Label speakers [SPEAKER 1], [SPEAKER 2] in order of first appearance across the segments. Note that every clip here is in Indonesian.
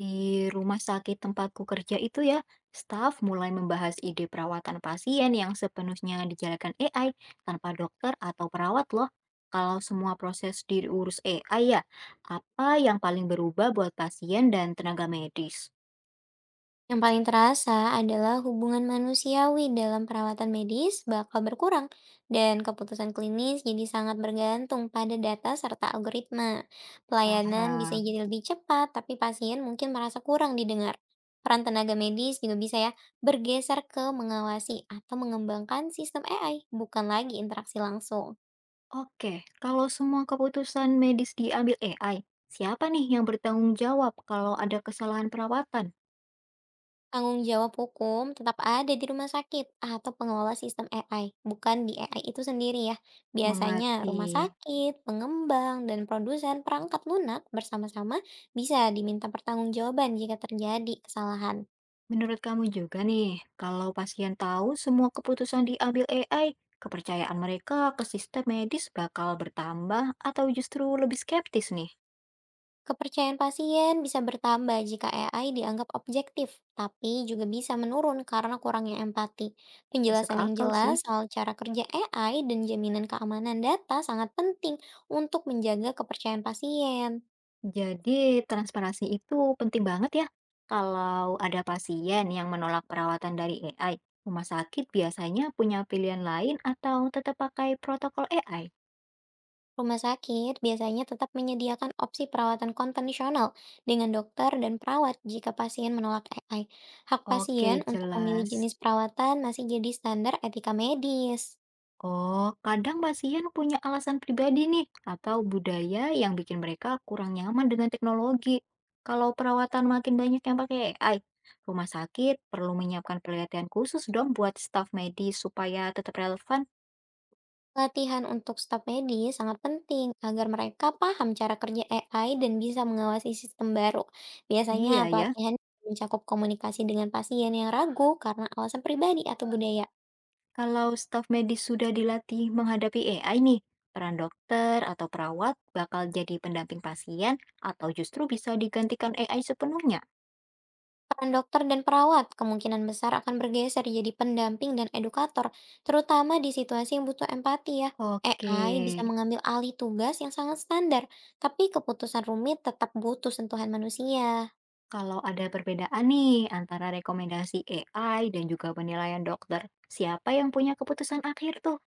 [SPEAKER 1] Di rumah sakit tempatku kerja itu ya, staf mulai membahas ide perawatan pasien yang sepenuhnya dijalankan AI tanpa dokter atau perawat loh. Kalau semua proses diurus AI ya, apa yang paling berubah buat pasien dan tenaga medis?
[SPEAKER 2] Yang paling terasa adalah hubungan manusiawi dalam perawatan medis bakal berkurang dan keputusan klinis jadi sangat bergantung pada data serta algoritma. Pelayanan bisa
[SPEAKER 1] Paham.
[SPEAKER 2] jadi lebih cepat, tapi pasien mungkin merasa kurang didengar. Peran tenaga medis juga bisa ya bergeser ke mengawasi atau mengembangkan sistem AI, bukan lagi interaksi langsung.
[SPEAKER 1] Oke, kalau semua keputusan medis diambil AI, siapa nih yang bertanggung jawab kalau ada kesalahan perawatan?
[SPEAKER 2] Tanggung jawab hukum tetap ada di rumah sakit atau pengelola sistem AI, bukan di AI itu sendiri ya. Biasanya
[SPEAKER 1] Mengerti.
[SPEAKER 2] rumah sakit, pengembang, dan produsen perangkat lunak bersama-sama bisa diminta pertanggungjawaban jika terjadi kesalahan.
[SPEAKER 1] Menurut kamu juga nih, kalau pasien tahu semua keputusan diambil AI, kepercayaan mereka ke sistem medis bakal bertambah atau justru lebih skeptis nih?
[SPEAKER 2] Kepercayaan pasien bisa bertambah jika AI dianggap objektif, tapi juga bisa menurun karena kurangnya empati.
[SPEAKER 1] Masuk
[SPEAKER 2] Penjelasan yang
[SPEAKER 1] akal
[SPEAKER 2] jelas
[SPEAKER 1] sih.
[SPEAKER 2] soal cara kerja AI dan jaminan keamanan data sangat penting untuk menjaga kepercayaan pasien.
[SPEAKER 1] Jadi, transparansi itu penting banget ya. Kalau ada pasien yang menolak perawatan dari AI, rumah sakit biasanya punya pilihan lain atau tetap pakai protokol AI?
[SPEAKER 2] Rumah sakit biasanya tetap menyediakan opsi perawatan konvensional dengan dokter dan perawat jika pasien menolak AI. Hak
[SPEAKER 1] Oke,
[SPEAKER 2] pasien untuk memilih
[SPEAKER 1] jelas.
[SPEAKER 2] jenis perawatan masih jadi standar etika medis.
[SPEAKER 1] Oh, kadang pasien punya alasan pribadi nih, atau budaya yang bikin mereka kurang nyaman dengan teknologi. Kalau perawatan makin banyak yang pakai AI, rumah sakit perlu menyiapkan pelatihan khusus dong buat staf medis supaya tetap relevan.
[SPEAKER 2] Latihan untuk staf medis sangat penting agar mereka paham cara kerja AI dan bisa mengawasi sistem baru. Biasanya
[SPEAKER 1] Iya ya,
[SPEAKER 2] pelatihan mencakup komunikasi dengan pasien yang ragu karena alasan pribadi atau budaya.
[SPEAKER 1] kalau staf medis sudah dilatih menghadapi AI nih, peran dokter atau perawat bakal jadi pendamping pasien atau justru bisa digantikan AI sepenuhnya.
[SPEAKER 2] Peran dokter dan perawat kemungkinan besar akan bergeser jadi pendamping dan edukator, terutama di situasi yang butuh empati ya.
[SPEAKER 1] Oke.
[SPEAKER 2] AI bisa mengambil alih tugas yang sangat standar, tapi keputusan rumit tetap butuh sentuhan manusia.
[SPEAKER 1] Kalau ada perbedaan nih antara rekomendasi AI dan juga penilaian dokter, siapa yang punya keputusan akhir tuh?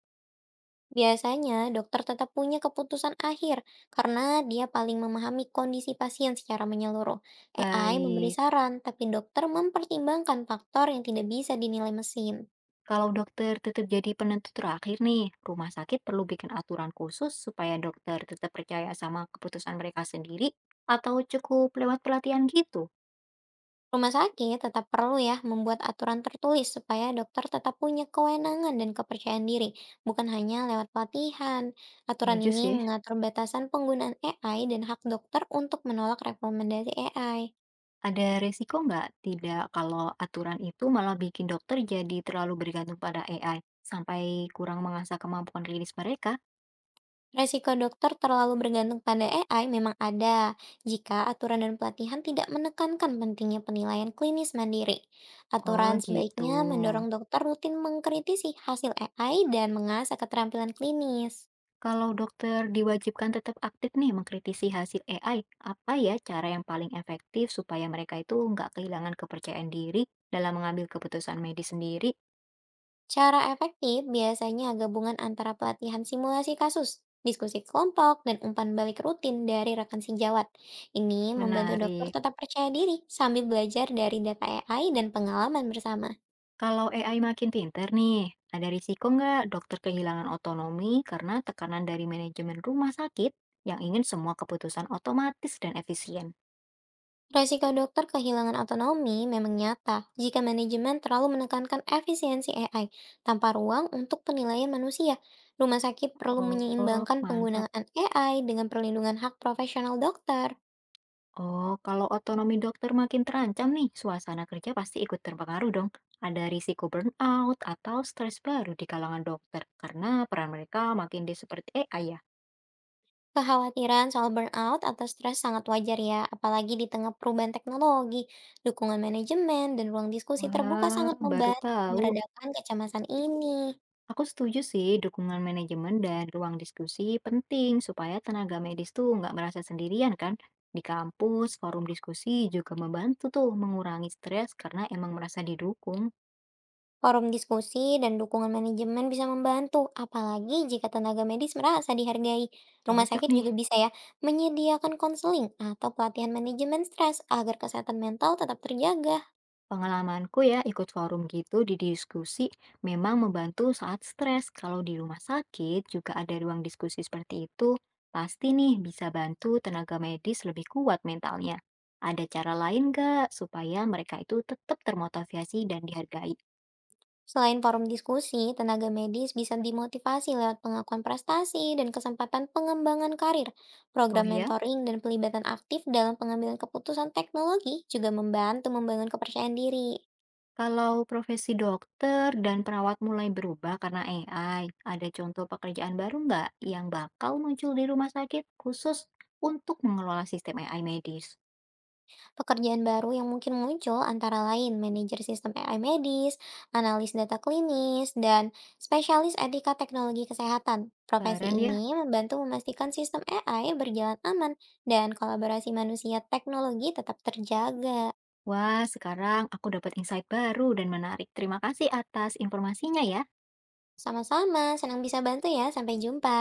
[SPEAKER 2] Biasanya, dokter tetap punya keputusan akhir karena dia paling memahami kondisi pasien secara menyeluruh. AI memberi
[SPEAKER 1] Baik,
[SPEAKER 2] saran, tapi dokter mempertimbangkan faktor yang tidak bisa dinilai mesin.
[SPEAKER 1] kalau dokter tetap jadi penentu terakhir nih, rumah sakit perlu bikin aturan khusus supaya dokter tetap percaya sama keputusan mereka sendiri atau cukup lewat pelatihan gitu?
[SPEAKER 2] Rumah sakit tetap perlu ya membuat aturan tertulis supaya dokter tetap punya kewenangan dan kepercayaan diri, bukan hanya lewat pelatihan. Aturan
[SPEAKER 1] Setuju
[SPEAKER 2] ini
[SPEAKER 1] sih.
[SPEAKER 2] mengatur batasan penggunaan AI dan hak dokter untuk menolak rekomendasi AI.
[SPEAKER 1] Ada resiko nggak? Tidak kalau aturan itu malah bikin dokter jadi terlalu bergantung pada AI sampai kurang mengasah kemampuan klinis mereka.
[SPEAKER 2] Resiko dokter terlalu bergantung pada AI memang ada jika aturan dan pelatihan tidak menekankan pentingnya penilaian klinis mandiri.
[SPEAKER 1] Oh
[SPEAKER 2] Aturan
[SPEAKER 1] gitu.
[SPEAKER 2] sebaiknya mendorong dokter rutin mengkritisi hasil AI dan mengasah keterampilan klinis.
[SPEAKER 1] Kalau dokter diwajibkan tetap aktif nih mengkritisi hasil AI, apa ya cara yang paling efektif supaya mereka itu nggak kehilangan kepercayaan diri dalam mengambil keputusan medis sendiri?
[SPEAKER 2] Cara efektif biasanya gabungan antara pelatihan simulasi kasus, diskusi kelompok, dan umpan balik rutin dari rekan sejawat. Ini membantu dokter
[SPEAKER 1] Menarik.
[SPEAKER 2] tetap percaya diri sambil belajar dari data AI dan pengalaman bersama.
[SPEAKER 1] Kalau AI makin pinter nih, ada risiko nggak dokter kehilangan otonomi karena tekanan dari manajemen rumah sakit yang ingin semua keputusan otomatis dan efisien?
[SPEAKER 2] Resiko dokter kehilangan otonomi memang nyata jika manajemen terlalu menekankan efisiensi AI tanpa ruang untuk penilaian manusia. Rumah sakit perlu
[SPEAKER 1] Oh,
[SPEAKER 2] menyeimbangkan penggunaan
[SPEAKER 1] mantap.
[SPEAKER 2] AI dengan perlindungan hak profesional dokter.
[SPEAKER 1] Oh, kalau otonomi dokter makin terancam nih, suasana kerja pasti ikut terpengaruh dong. Ada risiko burnout atau stres baru di kalangan dokter karena peran mereka makin di seperti AI ya.
[SPEAKER 2] Kekhawatiran soal burnout atau stres sangat wajar ya, apalagi di tengah perubahan teknologi. Dukungan manajemen dan ruang diskusi terbuka
[SPEAKER 1] Wah,
[SPEAKER 2] sangat
[SPEAKER 1] baru
[SPEAKER 2] membantu
[SPEAKER 1] tahu.
[SPEAKER 2] meredakan kecemasan ini.
[SPEAKER 1] Aku setuju sih, dukungan manajemen dan ruang diskusi penting supaya tenaga medis tuh nggak merasa sendirian kan. Di kampus, forum diskusi juga membantu tuh mengurangi stres karena emang merasa didukung.
[SPEAKER 2] Forum diskusi dan dukungan manajemen bisa membantu, apalagi jika tenaga medis merasa dihargai. Rumah
[SPEAKER 1] Cocok
[SPEAKER 2] sakit
[SPEAKER 1] nih.
[SPEAKER 2] juga bisa ya menyediakan konseling atau pelatihan manajemen stres agar kesehatan mental tetap terjaga.
[SPEAKER 1] Pengalamanku ya ikut forum gitu di diskusi memang membantu saat stres. Kalau di rumah sakit juga ada ruang diskusi seperti itu, pasti nih bisa bantu tenaga medis lebih kuat mentalnya. Ada cara lain nggak supaya mereka itu tetap termotivasi dan dihargai?
[SPEAKER 2] Selain forum diskusi, tenaga medis bisa dimotivasi lewat pengakuan prestasi dan kesempatan pengembangan karir.
[SPEAKER 1] Oh
[SPEAKER 2] Program
[SPEAKER 1] ya,
[SPEAKER 2] mentoring dan pelibatan aktif dalam pengambilan keputusan teknologi juga membantu membangun kepercayaan diri.
[SPEAKER 1] kalau profesi dokter dan perawat mulai berubah karena AI, ada contoh pekerjaan baru nggak yang bakal muncul di rumah sakit khusus untuk mengelola sistem AI medis?
[SPEAKER 2] Pekerjaan baru yang mungkin muncul antara lain manajer sistem AI medis, analis data klinis, dan spesialis etika teknologi kesehatan. Profesi
[SPEAKER 1] Keren ya.
[SPEAKER 2] ini membantu memastikan sistem AI berjalan aman dan kolaborasi manusia teknologi tetap terjaga.
[SPEAKER 1] Wah, sekarang aku dapat insight baru dan menarik. Terima kasih atas informasinya ya.
[SPEAKER 2] Sama-sama, senang bisa bantu ya. Sampai jumpa.